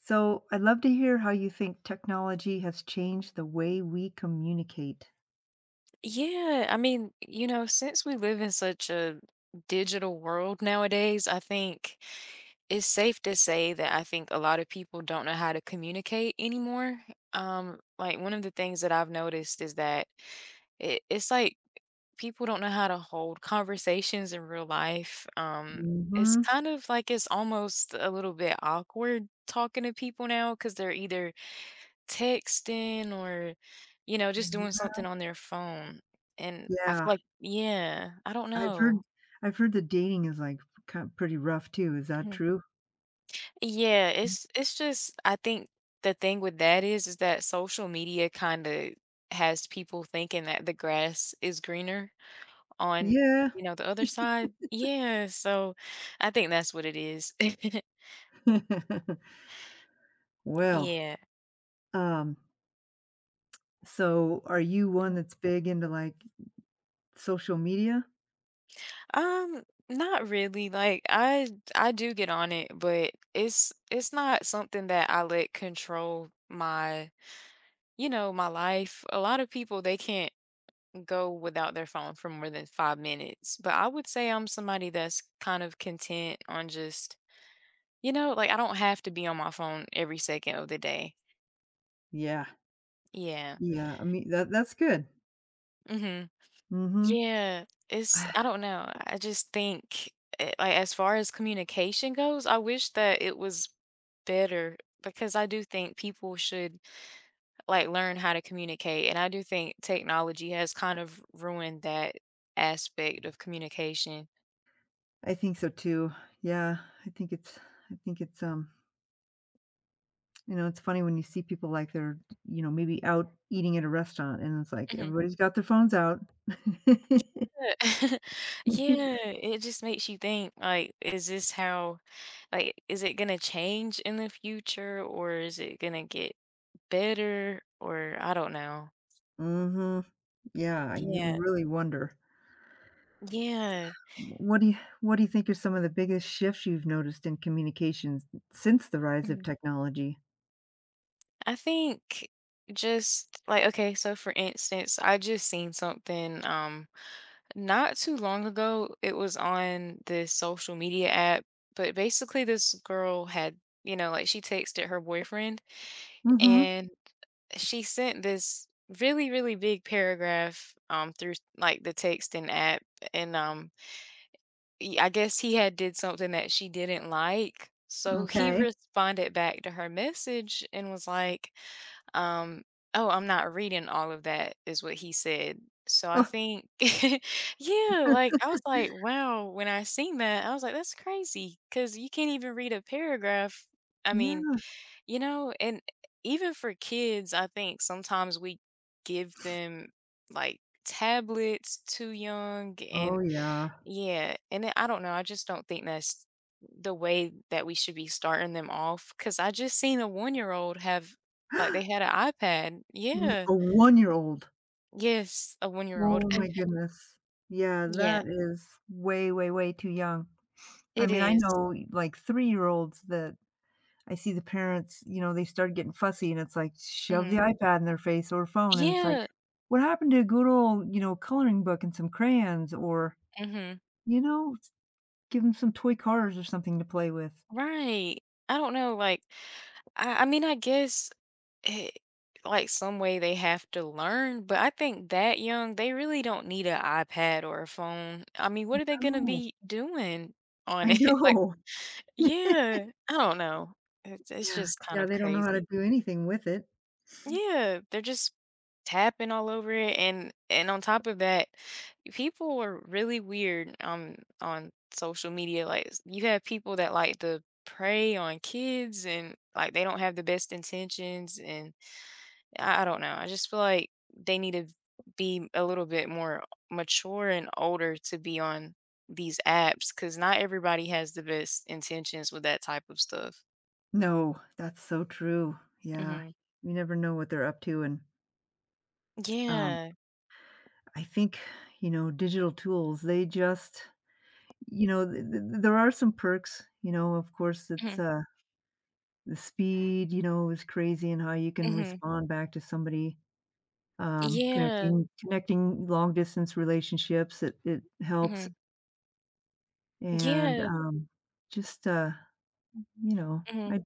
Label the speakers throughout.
Speaker 1: So, I'd love to hear how you think technology has changed the way we communicate.
Speaker 2: Yeah, I mean, you know, since we live in such a digital world nowadays, I think it's safe to say that I think a lot of people don't know how to communicate anymore. Like one of the things that I've noticed is that it's like people don't know how to hold conversations in real life. It's
Speaker 1: Mhm.
Speaker 2: kind of like it's almost a little bit awkward talking to people now because they're either texting or, you know, just
Speaker 1: Mhm.
Speaker 2: doing something on their phone. And I feel
Speaker 1: Yeah,
Speaker 2: like yeah, I don't
Speaker 1: I've
Speaker 2: know.
Speaker 1: heard I've heard the dating is, like, kind of pretty rough too, is that
Speaker 2: Mhm.
Speaker 1: true?
Speaker 2: Yeah, it's just I think the thing with that is that social media kinda has people thinking that the grass is greener on,
Speaker 1: Yeah.
Speaker 2: you know, the other side. Yeah, so I think that's what it is.
Speaker 1: Well,
Speaker 2: Yeah.
Speaker 1: um, so are you one that's big into, like social media?
Speaker 2: Um, Not really. Like I do get on it, but it's not something that I let control my, you know, my life. A lot of people they can't go without their phone for more than 5 minutes. But I would say I'm somebody that's kind of content on just, you know, like I don't have to be on my phone every second of the day.
Speaker 1: Yeah.
Speaker 2: Yeah.
Speaker 1: Yeah, I mean, that's good.
Speaker 2: Mhm.
Speaker 1: Mhm.
Speaker 2: Yeah, it's
Speaker 1: I
Speaker 2: I don't know. I just think, like, as far as communication goes, I wish that it was better because I do think people should, like, learn how to communicate, and I do think technology has kind of ruined that aspect of communication.
Speaker 1: I think so too. Yeah, I think it's I think it's it's funny when you see people like they're, maybe out eating at a restaurant and it's like
Speaker 2: Mhm.
Speaker 1: everybody's got their phones out.
Speaker 2: Yeah, it just makes you think, like, is this how like, is it gonna change in the future, or is it gonna get better, or I don't know.
Speaker 1: Mhm. Yeah, you
Speaker 2: Yeah.
Speaker 1: really wonder.
Speaker 2: Yeah.
Speaker 1: What do you think are some of the biggest shifts you've noticed in communications since the rise of
Speaker 2: Mhm.
Speaker 1: technology?
Speaker 2: I think just like okay, so for instance, I just seen something not too long ago. It was on this social media app, but basically this girl had, you know, like she texted her boyfriend
Speaker 1: Mhm.
Speaker 2: and she sent this really big paragraph through like the texting app and I guess he had did something that she didn't like. So he
Speaker 1: Okay.
Speaker 2: responded back to her message and was like Um, "Oh, I'm not reading all of that." Is what he said. So I
Speaker 1: Oh,
Speaker 2: think yeah, like, I was like, "Wow," when I seen that, I was like, "That's crazy, cause you can't even read a paragraph." I mean,
Speaker 1: yeah.
Speaker 2: you know, and even for kids, I think sometimes we give them, like, tablets too young
Speaker 1: Oh,
Speaker 2: and
Speaker 1: yeah.
Speaker 2: yeah, and then I don't know, I just don't think that's the way that we should be starting them off. Cause I just seen a one-year-old have like, they had an iPad.
Speaker 1: Mm,
Speaker 2: Yeah.
Speaker 1: a one-year-old.
Speaker 2: Yes, a one-year-old.
Speaker 1: Oh my goodness. Yeah,
Speaker 2: Yeah,
Speaker 1: that is way, way, way too young. I
Speaker 2: it
Speaker 1: mean, I
Speaker 2: is.
Speaker 1: know, like, three-year-olds that I see the parents, they start getting fussy and it's like, shove the
Speaker 2: Mhm.
Speaker 1: iPad in their face or phone, and it's like,
Speaker 2: Yeah.
Speaker 1: what happened to a good old, coloring book and some crayons or,
Speaker 2: Mhm.
Speaker 1: you know, s- give them some toy cars or something to play with.
Speaker 2: Right. I don't know, like, I mean, I guess, eh, like, some way they have to learn, but I think that young, they really don't need an iPad or a phone. I mean, what are they gonna
Speaker 1: No,
Speaker 2: be doing on
Speaker 1: I
Speaker 2: it? Like
Speaker 1: know.
Speaker 2: yeah, I don't know. It's
Speaker 1: Yeah,
Speaker 2: just kind
Speaker 1: yeah,
Speaker 2: of
Speaker 1: they don't know how to
Speaker 2: crazy.
Speaker 1: do anything with it.
Speaker 2: Yeah, they're just tapping all over it and on top of that, people are really weird on social media. You have people that like to prey on kids and like they don't have the best intentions and I don't know. I just feel like they need to be a little bit more mature and older to be on these apps because not everybody has the best intentions with that type of stuff.
Speaker 1: No, that's so true. Yeah,
Speaker 2: Mhm.
Speaker 1: you never know what they're up to, and um,
Speaker 2: Yeah.
Speaker 1: I think, digital tools. They just, there are some perks. Of course,
Speaker 2: Mhm.
Speaker 1: it's the speed, is crazy and how you can
Speaker 2: Mhm.
Speaker 1: respond back to somebody,
Speaker 2: Yeah.
Speaker 1: connecting long distance relationships, it helps,
Speaker 2: Mhm.
Speaker 1: and,
Speaker 2: Yeah.
Speaker 1: just, you know,
Speaker 2: Mhm.
Speaker 1: I do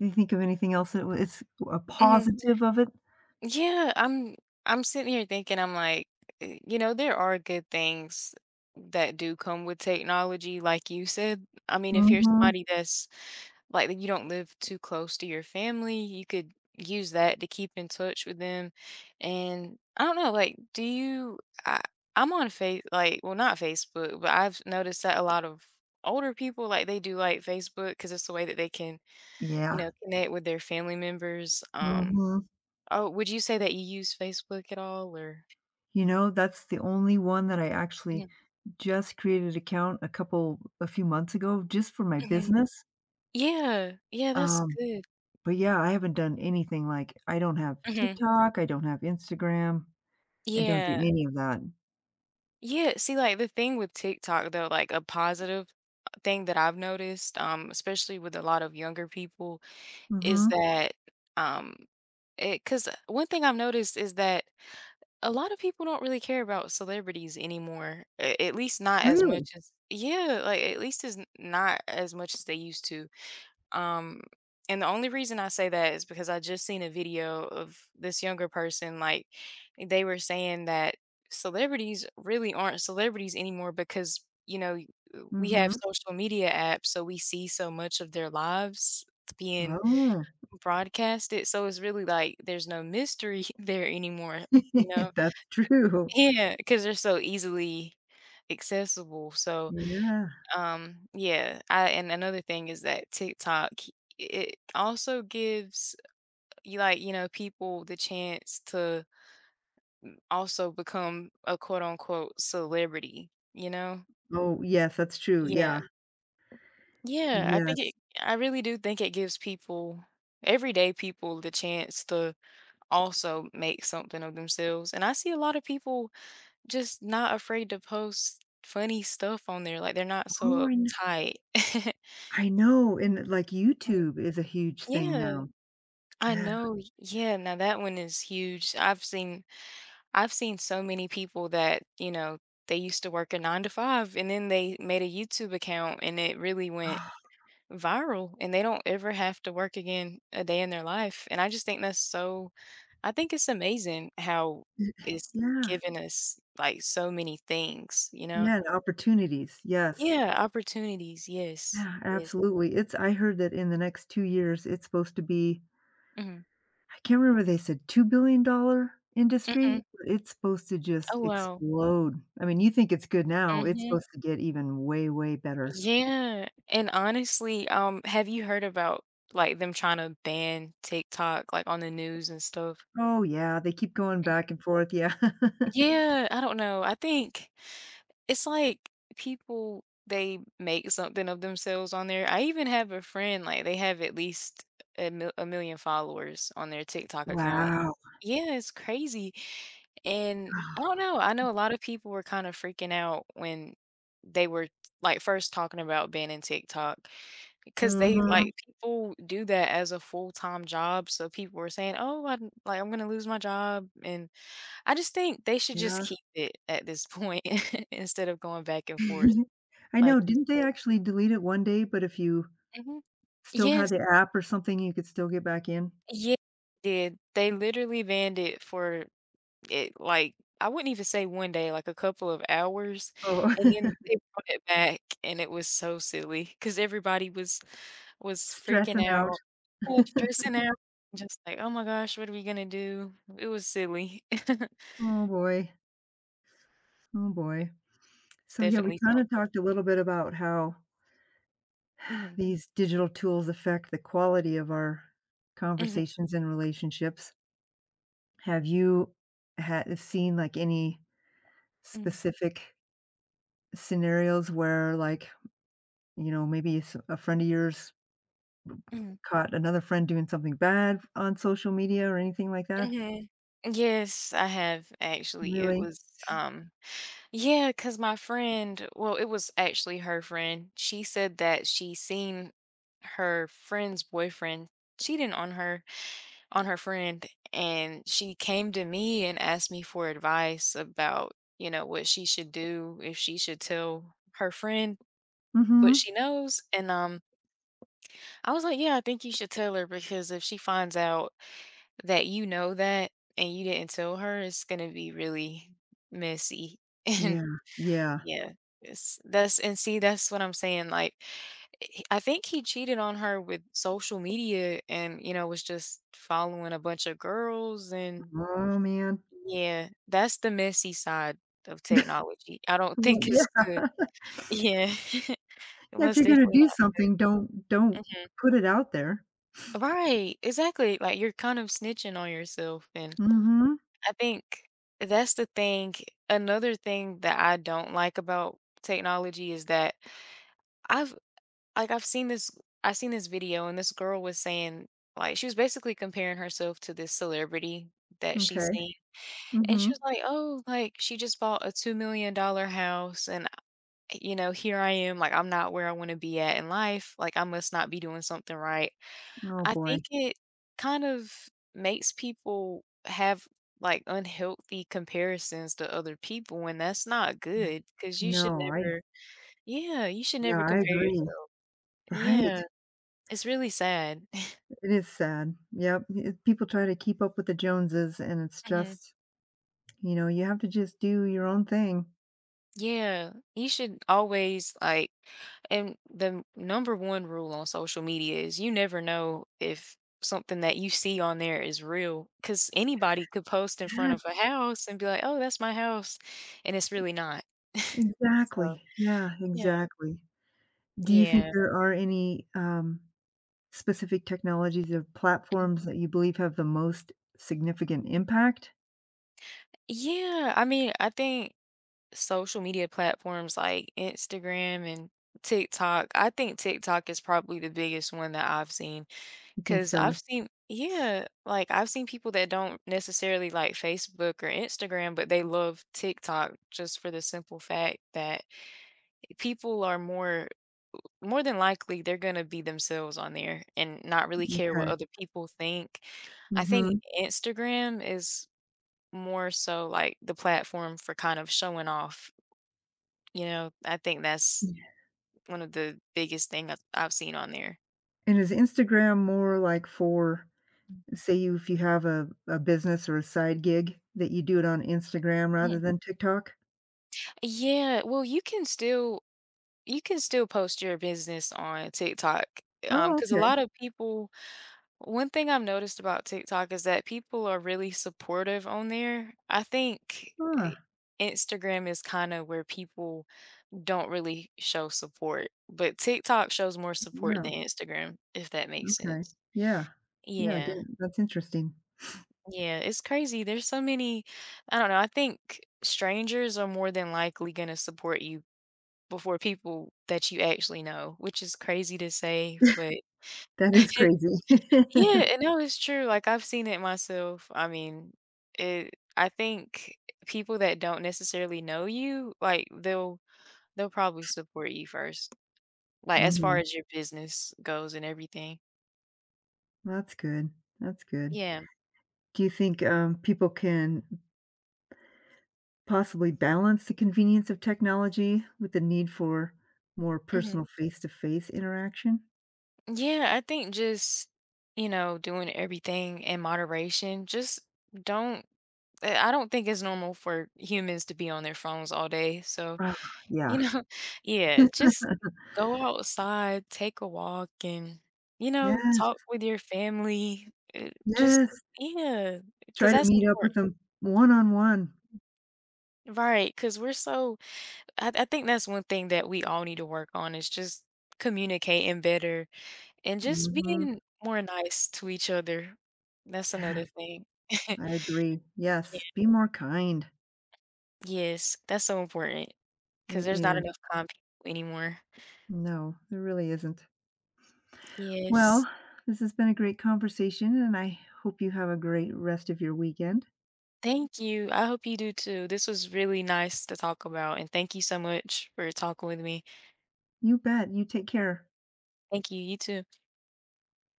Speaker 1: you think of anything else that wa it's a
Speaker 2: Mhm.
Speaker 1: positive of it?
Speaker 2: Yeah. I'm sitting here thinking I'm like, you know, there are good things that do come with technology, like you said. I mean, if you're
Speaker 1: Mhm.
Speaker 2: somebody that's like you don't live too close to your family, you could use that to keep in touch with them. And I don't know, like, do you? I, I'm on face, like, well, not Facebook, but I've noticed that a lot of older people, like, they do like Facebook because it's the way that they can, you
Speaker 1: Yeah.
Speaker 2: know, connect with their family members.
Speaker 1: Mhm.
Speaker 2: Oh, would you say that you use Facebook at all, or?
Speaker 1: You know, that's the only one that I actually
Speaker 2: Mhm.
Speaker 1: just created an account a few months ago just for my
Speaker 2: Mhm.
Speaker 1: business,
Speaker 2: Yeah, yeah, that's
Speaker 1: um
Speaker 2: good.
Speaker 1: but, yeah, I haven't done anything like I don't have
Speaker 2: Hmm.
Speaker 1: TikTok, I don't have Instagram, I don't do
Speaker 2: Yeah.
Speaker 1: any of that.
Speaker 2: Yeah, see, like the thing with TikTok though, like a positive thing that I've noticed, especially with a lot of younger people, is
Speaker 1: Mhm.
Speaker 2: that um it because one thing I've noticed is that a lot of people don't really care about celebrities anymore. At least not as
Speaker 1: Really?
Speaker 2: much as yeah, like at least is not as much as they used to. Um, and the only reason I say that is because I just seen a video of this younger person, like they were saying that celebrities really aren't celebrities anymore because, you know, we have
Speaker 1: Mhm.
Speaker 2: social media apps, so we see so much of their lives being
Speaker 1: Oh.
Speaker 2: broadcasted. So it's really like there's no mystery there anymore, you know?
Speaker 1: That's true.
Speaker 2: Yeah, because they're so easily accessible. So
Speaker 1: Yeah.
Speaker 2: yeah, I and another thing is that TikTok, it also gives you like, you know, people the chance to also become a quote unquote celebrity, you know?
Speaker 1: Oh, yes, that's true,
Speaker 2: Yeah.
Speaker 1: yeah.
Speaker 2: Yeah, I think
Speaker 1: Yes.
Speaker 2: it I really do think it gives people everyday people the chance to also make something of themselves. And I see a lot of people just not afraid to post funny stuff on there. Like they're not
Speaker 1: Oh,
Speaker 2: so
Speaker 1: I know.
Speaker 2: uptight.
Speaker 1: I know, and, like,
Speaker 2: Mm,
Speaker 1: YouTube is a huge thing
Speaker 2: yeah.
Speaker 1: now.
Speaker 2: I
Speaker 1: Yeah.
Speaker 2: know, y yeah, now that one is huge. I've seen so many people that, you know, they used to work a 9 to 5 and then they made a YouTube account and it really went
Speaker 1: Oh,
Speaker 2: viral and they don't ever have to work again a day in their life, and I just think that's so I think it's amazing how
Speaker 1: it
Speaker 2: it's
Speaker 1: yeah.
Speaker 2: given us, like, so many things, you know?
Speaker 1: Yeah, and opportunities, yes.
Speaker 2: Yeah, opportunities, yes,
Speaker 1: Yeah,
Speaker 2: yes.
Speaker 1: absolutely. It's I heard that in the next 2 years, it's supposed to be,
Speaker 2: Mhm,
Speaker 1: I can't remember, they said $2 billion dollar industry,
Speaker 2: mhm.
Speaker 1: it's supposed to just
Speaker 2: Oh, wow.
Speaker 1: explode. I mean, you think it's good now, it's
Speaker 2: Mhm.
Speaker 1: supposed to get even way, way better.
Speaker 2: Yeah, and honestly, have you heard about, like, them trying to ban TikTok, like, on the news and stuff?
Speaker 1: Oh, yeah, they keep going back
Speaker 2: Mhm.
Speaker 1: and forth, yeah.
Speaker 2: Yeah, I don't know. I think it's like people, they make something of themselves on there. I even have a friend, like, they have at least a million followers on their TikTok account.
Speaker 1: Wow.
Speaker 2: Yeah, it's crazy, and I don't know. I know a lot of people were kinda freaking out when they were, like, first talking about banning TikTok. 'Cause they
Speaker 1: Mhm,
Speaker 2: like, people do that as a full-time job, so people were saying, "Oh, I'm like, I'm gonna lose my job," and I just think they should just
Speaker 1: yeah.
Speaker 2: keep it at this point instead of going back and forth,
Speaker 1: I
Speaker 2: like
Speaker 1: know,
Speaker 2: you
Speaker 1: didn't they
Speaker 2: said.
Speaker 1: actually delete it one day, but if you
Speaker 2: Mhm.
Speaker 1: still had
Speaker 2: Yes.
Speaker 1: the app or something, you could still get back in?
Speaker 2: Yeah, did. They literally banned it for It like, I wouldn't even say 1 day, like, a couple of hours,
Speaker 1: Oh,
Speaker 2: and then they brought it back, and it was so silly because everybody was freaking
Speaker 1: stressing out.
Speaker 2: out and stressing out, just like, "Oh my gosh, what are we gonna do?" It was silly.
Speaker 1: Oh boy, oh boy.
Speaker 2: It's
Speaker 1: So, yeah, we
Speaker 2: definitely
Speaker 1: kinda
Speaker 2: something.
Speaker 1: talked a little bit about how
Speaker 2: Mhm,
Speaker 1: these digital tools affect the quality of our
Speaker 2: mhm,
Speaker 1: conversations and relationships. Have you ha seen, like, any
Speaker 2: mm,
Speaker 1: specific scenarios where, like, maybe s a friend of yours
Speaker 2: mhm,
Speaker 1: caught another friend doing something bad on social media or anything like that?
Speaker 2: mhm. Yes, I have actually. It
Speaker 1: Really?
Speaker 2: was, yeah, cause my friend well, it was actually her friend. She said that she seen her friend's boyfriend cheating on her friend, and she came to me and asked me for advice about, you know, what she should do, if she should tell her friend what
Speaker 1: Mhm.
Speaker 2: she knows, and, I was like, "Yeah, I think you should tell her because if she finds out that you know that and you didn't tell her, it's gonna be really messy."
Speaker 1: Yeah, yeah.
Speaker 2: Yeah, it's that's and see, that's what I'm saying, like, I think he cheated on her with social media and, you know, was just following a bunch of girls and
Speaker 1: Oh, man.
Speaker 2: yeah, that's the messy side of technology. I don't
Speaker 1: Well,
Speaker 2: think
Speaker 1: yeah,
Speaker 2: it's good. Yeah, it
Speaker 1: if
Speaker 2: was
Speaker 1: you're gonna
Speaker 2: definitely
Speaker 1: do
Speaker 2: not good.
Speaker 1: something, don't
Speaker 2: Mhm.
Speaker 1: put it out there.
Speaker 2: Right, exactly, like, you're kind of snitching on yourself, and
Speaker 1: Mhm.
Speaker 2: I think that's the thing another thing that I don't like about technology is that I've like I seen this video and this girl was saying like she was basically comparing herself to this celebrity that she's
Speaker 1: Okay.
Speaker 2: seen and she
Speaker 1: Mhm.
Speaker 2: was like, "Oh, like she just bought a 2 million dollar house and you know, here I am like I'm not where I want to be at in life. Like I must not be doing something right."
Speaker 1: Oh,
Speaker 2: I think
Speaker 1: boy.
Speaker 2: it kind of makes people have like unhealthy comparisons to other people and that's not good because you should
Speaker 1: No, I
Speaker 2: never yeah, you should
Speaker 1: yeah,
Speaker 2: never
Speaker 1: I
Speaker 2: compare
Speaker 1: agree.
Speaker 2: yourself.
Speaker 1: Right.
Speaker 2: Yeah. It's really sad.
Speaker 1: It is sad. Yep. It people try to keep up with the Joneses, and it's
Speaker 2: Mhm.
Speaker 1: just, you have to just do your own thing.
Speaker 2: Yeah, you should always like and the number one rule on social media is you never know if something that you see on there is real because anybody could post in front
Speaker 1: Yes,
Speaker 2: of a house and be like, oh, that's my house. And it's really not. So,
Speaker 1: exactly. Yeah,
Speaker 2: yeah.
Speaker 1: exactly. Do you think
Speaker 2: Yeah.
Speaker 1: there are any, specific technologies or platforms that you believe have the most significant impact?
Speaker 2: Yeah. I mean, I think social media platforms like Instagram and TikTok, I think TikTok is probably the biggest one that I've seen.
Speaker 1: You think
Speaker 2: Because
Speaker 1: so?
Speaker 2: I've seen yeah, like, I've seen people that don't necessarily like Facebook or Instagram, but they love TikTok just for the simple fact that people are more more than likely, they're gonna be themselves on there and not really care what
Speaker 1: Okay.
Speaker 2: other people think. I think
Speaker 1: Mhm.
Speaker 2: Instagram is more so, like, the platform for kind of showing off, you know? I think that's one of the biggest thing I've seen on there.
Speaker 1: And is Instagram more like for
Speaker 2: Mm.
Speaker 1: say you if you have a business or a side gig that you do it on Instagram rather
Speaker 2: Mhm.
Speaker 1: than TikTok?
Speaker 2: Yeah, well, you can still post your business on TikTok,
Speaker 1: Oh,
Speaker 2: because a
Speaker 1: okay.
Speaker 2: lot of people one thing I've noticed about TikTok is that people are really supportive on there. I think I
Speaker 1: Ah,
Speaker 2: Instagram is kinda where people don't really show support, but TikTok shows more support than
Speaker 1: wow,
Speaker 2: Instagram, if that makes
Speaker 1: okay.
Speaker 2: sense.
Speaker 1: Yeah. Yeah, I
Speaker 2: Yeah,
Speaker 1: didn't that's interesting.
Speaker 2: yeah, it's crazy. There's so many I don't know, I think strangers are more than likely gonna support you before people that you actually know, which is crazy to say, but
Speaker 1: That is crazy.
Speaker 2: yeah, and no, it's true, like, I've seen it myself. I mean, it I think people that don't necessarily know you, like, they'll probably support you first, like, as far
Speaker 1: Mhm.
Speaker 2: as your business goes and everything.
Speaker 1: That's good. That's good.
Speaker 2: Yeah,
Speaker 1: Do you think, people can possibly balance the convenience of technology with the need for more
Speaker 2: mhm.
Speaker 1: personal face-to-face interaction?
Speaker 2: Yeah, I think just, you know, doing everything in moderation, just don't I don't think it's normal for humans to be on their phones all day, so
Speaker 1: Ah, yeah.
Speaker 2: you know yeah, just go outside, take a walk, and, you
Speaker 1: Yes,
Speaker 2: know, talk with your family. Uh, just
Speaker 1: yes.
Speaker 2: yeah,
Speaker 1: Try
Speaker 2: cause
Speaker 1: to
Speaker 2: that's
Speaker 1: meet up with
Speaker 2: important.
Speaker 1: them one-on-one.
Speaker 2: Right? because 'cause we're so I think that's one thing that we all need to work on is just communicating better and just
Speaker 1: Mhm.
Speaker 2: being more nice to each other. That's
Speaker 1: Yes,
Speaker 2: another thing.
Speaker 1: I agree.
Speaker 2: Yeah.
Speaker 1: Yes, be more kind.
Speaker 2: Yes, that's so important. Cause
Speaker 1: It
Speaker 2: there's not
Speaker 1: is.
Speaker 2: enough calm people anymore.
Speaker 1: No, there really isn't. Well,
Speaker 2: Yes.
Speaker 1: this has been a great conversation, and I hope you have a great rest of your weekend.
Speaker 2: Thank you. I hope you do too. This was really nice to talk about, and thank you so much for talking with me.
Speaker 1: You bet. You take care.
Speaker 2: Thank you. You too.